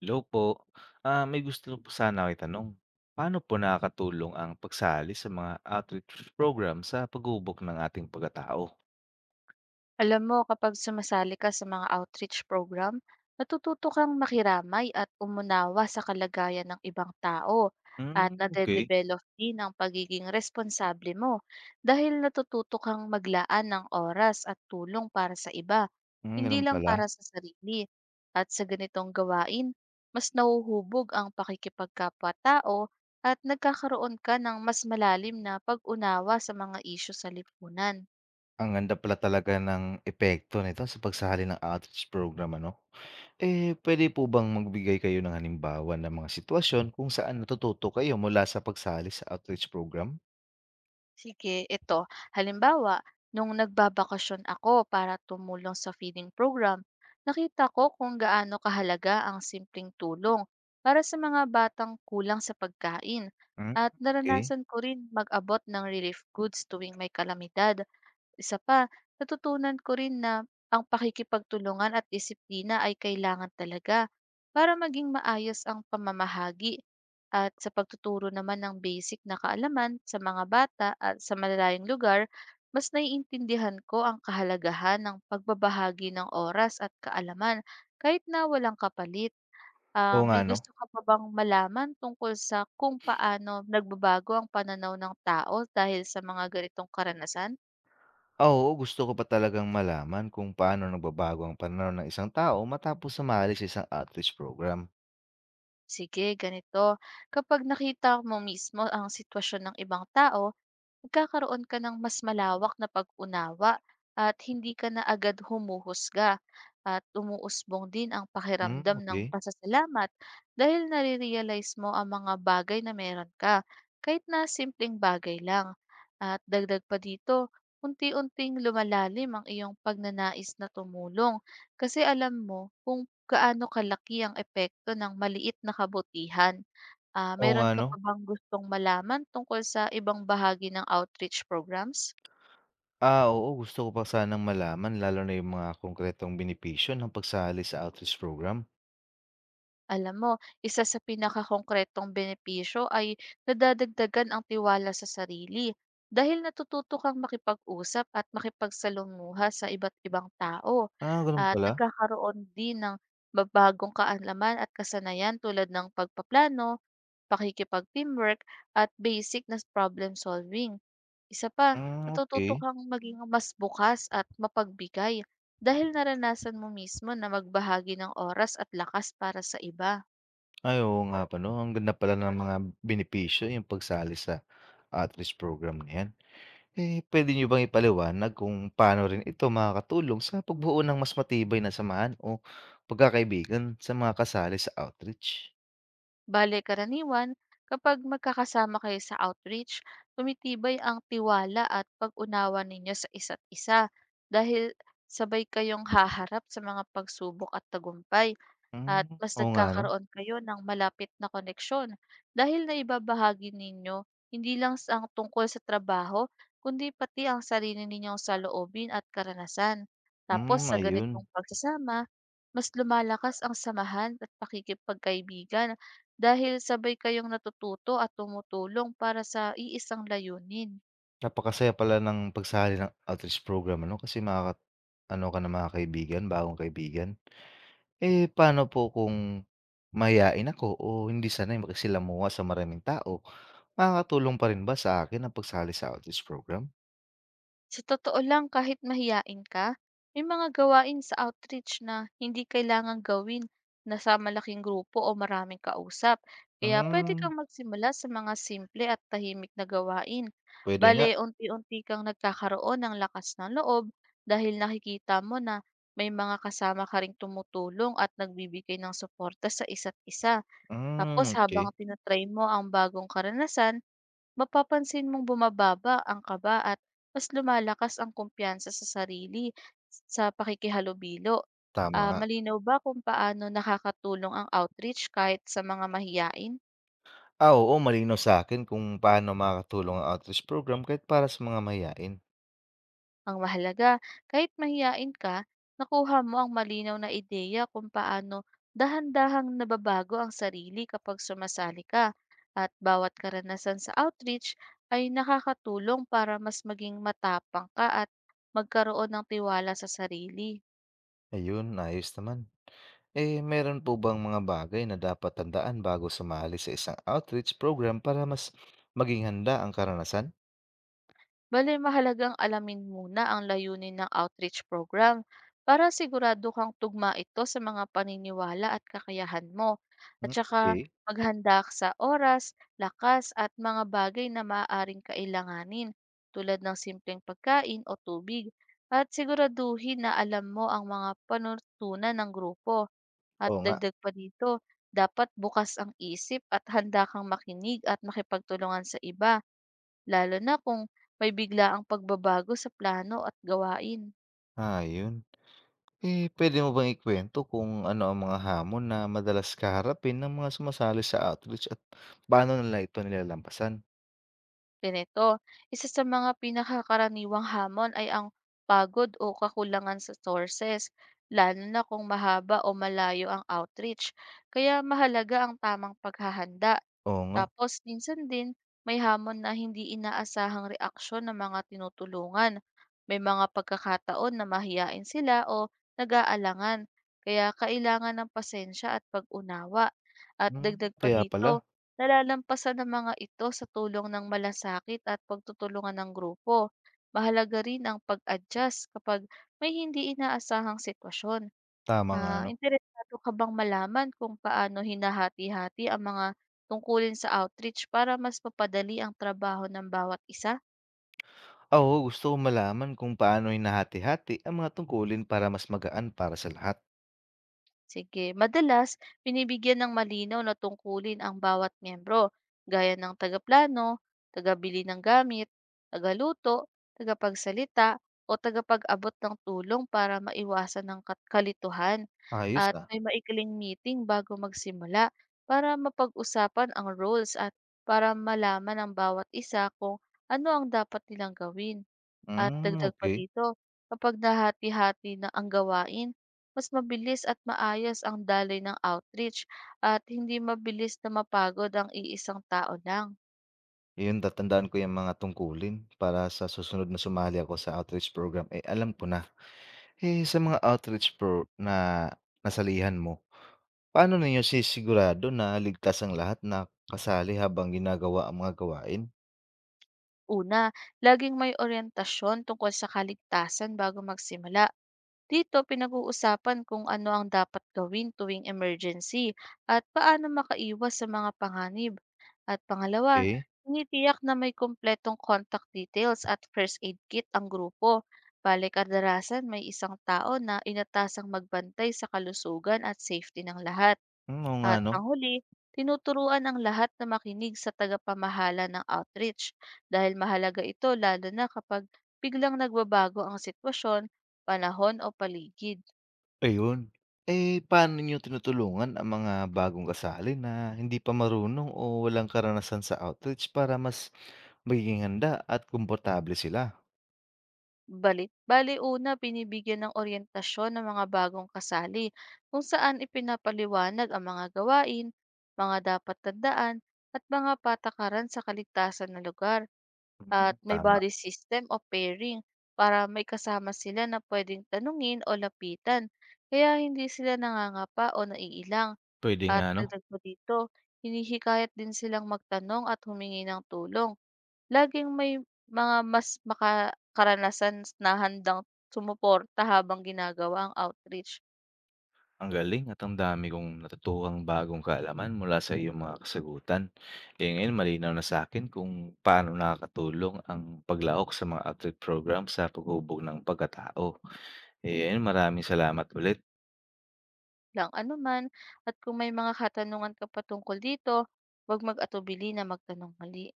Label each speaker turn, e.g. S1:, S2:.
S1: Hello po. May gusto po sana ako itanong. Paano po nakakatulong ang pagsali sa mga outreach program sa pagubok ng ating pagkatao?
S2: Alam mo, kapag sumasali ka sa mga outreach program, natututo kang makiramay at umunawa sa kalagayan ng ibang tao, at
S1: Hmm, okey.
S2: nade-develop din ang pagiging responsable mo dahil natututo kang maglaan ng oras at tulong para sa iba,
S1: Hmm,
S2: hindi
S1: gano'n
S2: lang
S1: pala.
S2: para sa sarili. At sa ganitong gawain, mas nauhubog ang pakikipagkapwa-tao at nagkakaroon ka ng mas malalim na pag-unawa sa mga isyu sa lipunan.
S1: Ang ganda pala talaga ng epekto nito sa pagsali ng outreach program ano? Eh, puwede po bang magbigay kayo ng halimbawa ng mga sitwasyon kung saan natututo kayo mula sa pagsali sa outreach program?
S2: Sige, ito. Halimbawa, nung nagbabakasyon ako para tumulong sa feeding program, nakita ko kung gaano kahalaga ang simpleng tulong para sa mga batang kulang sa pagkain.
S1: Hmm,
S2: At
S1: okey.
S2: naranasan ko rin mag-abot ng relief goods tuwing may kalamidad. Isa pa, natutunan ko rin na ang pakikipagtulungan at disiplina ay kailangan talaga para maging maayos ang pamamahagi. At sa pagtuturo naman ng basic na kaalaman sa mga bata at sa malalayong lugar, mas naiintindihan ko ang kahalagahan ng pagbabahagi ng oras at kaalaman kahit na walang kapalit. Ah,
S1: Oo nga
S2: may
S1: 'no?
S2: gusto ka pa bang malaman tungkol sa kung paano nagbabago ang pananaw ng tao dahil sa mga ganitong karanasan?
S1: Oo, gusto ko pa talagang malaman kung paano nagbabago ang pananaw ng isang tao matapos sumali sa isang outreach program.
S2: Sige, ganito. Kapag nakita mo mismo ang sitwasyon ng ibang tao, magkakaroon ka ng mas malawak na pag-unawa at hindi ka na agad humuhusga, at umuusbong din ang
S1: Hmm,
S2: pakiramdam ng
S1: okey.
S2: pasasalamat dahil nare-realize mo ang mga bagay na meron ka, kahit na simpleng bagay lang. At dagdag pa dito, unti-unting lumalalim ang iyong pagnanais na tumulong kasi alam mo kung gaano kalaki ang epekto ng maliit na kabutihan. Ah,
S1: Oo nga
S2: meron ka
S1: 'no?
S2: pa bang gustong malaman tungkol sa ibang bahagi ng outreach programs?
S1: Oo, gusto ko pa sanang malaman lalo na yung mga konkretong benepisyo ng pagsali sa outreach program.
S2: Alam mo, isa sa pinakakongkretong benepisyo ay nadadagdagan ang tiwala sa sarili dahil natututo kang makipag-usap at makipagsalamuha sa iba't ibang tao.
S1: Ah, gano'n
S2: At
S1: pala?
S2: nagkakaroon din ng mabagong kaalaman at kasanayan tulad ng pagpaplano, pakikipag-teamwork, at basic na problem solving. Isa pa,
S1: Hmm,
S2: natututo
S1: okey.
S2: kang maging mas bukas at mapagbigay dahil naranasan mo mismo na magbahagi ng oras at lakas para sa iba.
S1: Ay, oo nga pa 'no, ang ganda pala ng mga benepisyo yung pagsali sa outreach program na 'yan. Eh, puwede niyo bang ipaliwanag kung paano rin ito makakatulong sa pagbuo ng mas matibay na samahan o pagkakaibigan sa mga kasali sa outreach?
S2: Bale karaniwan, kapag magkakasama kayo sa outreach, tumitibay ang tiwala at pag-unawa ninyo sa isa't isa dahil sabay kayong haharap sa mga pagsubok at tagumpay.
S1: Hmm,
S2: At mas
S1: oo nga 'no?
S2: nagkakaroon kayo ng malapit na koneksyon dahil naibabahagi ninyo hindi lang sa ang tungkol sa trabaho, kundi pati ang sarili ninyong saloobin at karanasan. Tapos
S1: Hmm,
S2: sa
S1: ayun.
S2: ganitong pagsasama, mas lumalakas ang samahan at pakikipagkaibigan dahil sabay kayong natututo at tumutulong para sa iisang layunin.
S1: Napakasaya pala ng pagsali ng outreach program ano, kasi makaka-ano ka ng mga kaibigan, bagong kaibigan. Eh, paano po kung mahiyain ako o hindi sanay makisalamuha sa maraming tao, makakatulong pa rin ba sa akin ang pagsali sa outreach program?
S2: Sa totoo lang, kahit mahiyain ka, may mga gawain sa outreach na hindi kailangang gawin na sa malaking grupo o maraming kausap. Kaya pwede
S1: Hmm,
S2: kang magsimula sa mga simple at tahimik na gawain.
S1: puwede nga.
S2: Bale, unti-unti kang nagkakaroon ng lakas ng loob dahil nakikita mo na may mga kasama ka ring tumutulong at nagbibigay ng suporta sa isa't isa.
S1: Hmm,
S2: Tapos, habang
S1: okay.
S2: tinatry mo ang bagong karanasan, mapapansin mong bumababa ang kaba at mas lumalakas ang kumpiyansa sa sarili sa pakikihalubilo.
S1: Tama
S2: Ah,
S1: nga.
S2: malinaw ba kung paano nakakatulong ang outreach kahit sa mga mahiyain?
S1: Oo, malinaw sa akin kung paano makakatulong ang outreach program kahit para sa mga mahiyain.
S2: Ang mahalaga, kahit mahiyain ka, nakuha mo ang malinaw na ideya kung paano dahan-dahang nababago ang sarili kapag sumasali ka. At bawat karanasan sa outreach ay nakakatulong para mas maging matapang ka at magkaroon ng tiwala sa sarili.
S1: Ayun, ayos naman. Eh, meron po bang mga bagay na dapat tandaan bago sumali sa isang outreach program para mas maging handa ang karanasan?
S2: Bale, mahalagang alamin muna ang layunin ng outreach program para sigurado kang tugma ito sa mga paniniwala at kakayahan mo. At
S1: Hmm,
S2: saka
S1: okey.
S2: maghanda ka sa oras, lakas at mga bagay na maaaring kailanganin tulad ng simpleng pagkain o tubig, at siguraduhin na alam mo ang mga panuntunan ng grupo. At
S1: Oo nga,
S2: dagdag pa dito, dapat bukas ang isip at handa kang makinig at makipagtulungan sa iba, lalo na kung may biglaang pagbabago sa plano at gawain.
S1: ayun. Eh, pwede mo bang ikwento kung ano ang mga hamon na madalas kaharapin ng mga sumasali sa outreach at paano nila ito nilalampasan?
S2: Ganito, isa sa mga pinakakaraniwang hamon ay ang pagod o kakulangan sa sources, lalo na kung mahaba o malayo ang outreach. Kaya mahalaga ang tamang paghahanda.
S1: Oo nga,
S2: Tapos minsan din may hamon na hindi inaasahang reaksyon ng mga tinutulungan. May mga pagkakataon na mahiyain sila o nag-aalangan. Kaya kailangan ng pasensya at pag-unawa. At
S1: hmm,
S2: dagdag pa
S1: kaya
S2: dito,
S1: pala.
S2: nalalampasan ng mga ito sa tulong ng malasakit at pagtutulungan ng grupo. Mahalaga rin ang pag-adjust kapag may hindi inaasahang sitwasyon.
S1: Tama nga
S2: Ah,
S1: 'no.
S2: interesado ka bang malaman kung paano hinahati-hati ang mga tungkulin sa outreach para mas mapadali ang trabaho ng bawat isa?
S1: Oo, gusto kong malaman kung paano hinahati-hati ang mga tungkulin para mas magaan para sa lahat.
S2: Sige. Madalas, binibigyan ng malinaw na tungkulin ang bawat miyembro, gaya ng tagaplano, tagabili ng gamit, tagaluto, tagapagsalita, o tagapag-abot ng tulong para maiwasan ng kalituhan.
S1: Ayos,
S2: At
S1: ah.
S2: may maikling meeting bago magsimula para mapag-usapan ang roles at para malaman ng bawat isa kung ano ang dapat nilang gawin. At
S1: Hmm,
S2: dagdag pa
S1: okey.
S2: dito, kapag nahati-hati na ang gawain, mas mabilis at maayos ang daloy ng outreach, at hindi mabilis na mapagod ang iisang tao lang.
S1: Ayun, tatandaan ko yung mga tungkulin para sa susunod na sumali ako sa outreach program, eh, alam ko na. Eh, sa mga outreach pro na nasalihan mo, paano ninyo sinisigurado na ligtas ang lahat na kasali habang ginagawa ang mga gawain?
S2: Una, laging may orientasyon tungkol sa kaligtasan bago magsimula. Dito pinag-uusapan kung ano ang dapat gawin tuwing emergency at paano makaiwas sa mga panganib. At pangalawa,
S1: Okay.
S2: tinitiyak na may kumpletong contact details at first aid kit ang grupo. Balik, kadalasan may isang tao na inatasang magbantay sa kalusugan at safety ng lahat.
S1: Hmm, oo nga
S2: At
S1: 'no.
S2: panghuli, tinuturuan ang lahat na makinig sa tagapamahala ng outreach dahil mahalaga ito, lalo na kapag biglang nagbabago ang sitwasyon, panahon o paligid.
S1: Ayun. Eh, paano niyo tinutulungan ang mga bagong kasali na hindi pa marunong o walang karanasan sa outreach para mas magiging handa at komportable sila?
S2: Bale una, binibigyan ng oryentasyon ng mga bagong kasali kung saan ipinapaliwanag ang mga gawain, mga dapat tandaan at mga patakaran sa kaligtasan na lugar. At
S1: Mm,
S2: may
S1: tama.
S2: body system o pairing para may kasama sila na pwedeng tanungin o lapitan, kaya hindi sila nangangapa o naiilang.
S1: Puwede
S2: At
S1: nga 'no?
S2: dagdag pa dito, hinihikayat din silang magtanong at humingi ng tulong. Laging may mga mas makakaranasan na handang sumuporta habang ginagawa ang outreach.
S1: Ang galing at ang dami kong natutuhang bagong kaalaman mula sa iyong mga kasagutan. Eh, ngayon malinaw na sa akin kung paano nakakatulong ang paglaok sa mga outreach program sa paghubog ng pagkatao. Eh, ayun maraming salamat ulit.
S2: Lang anuman, at kung may mga katanungan ka pa dito, 'wag mag-atubili na magtanong muli.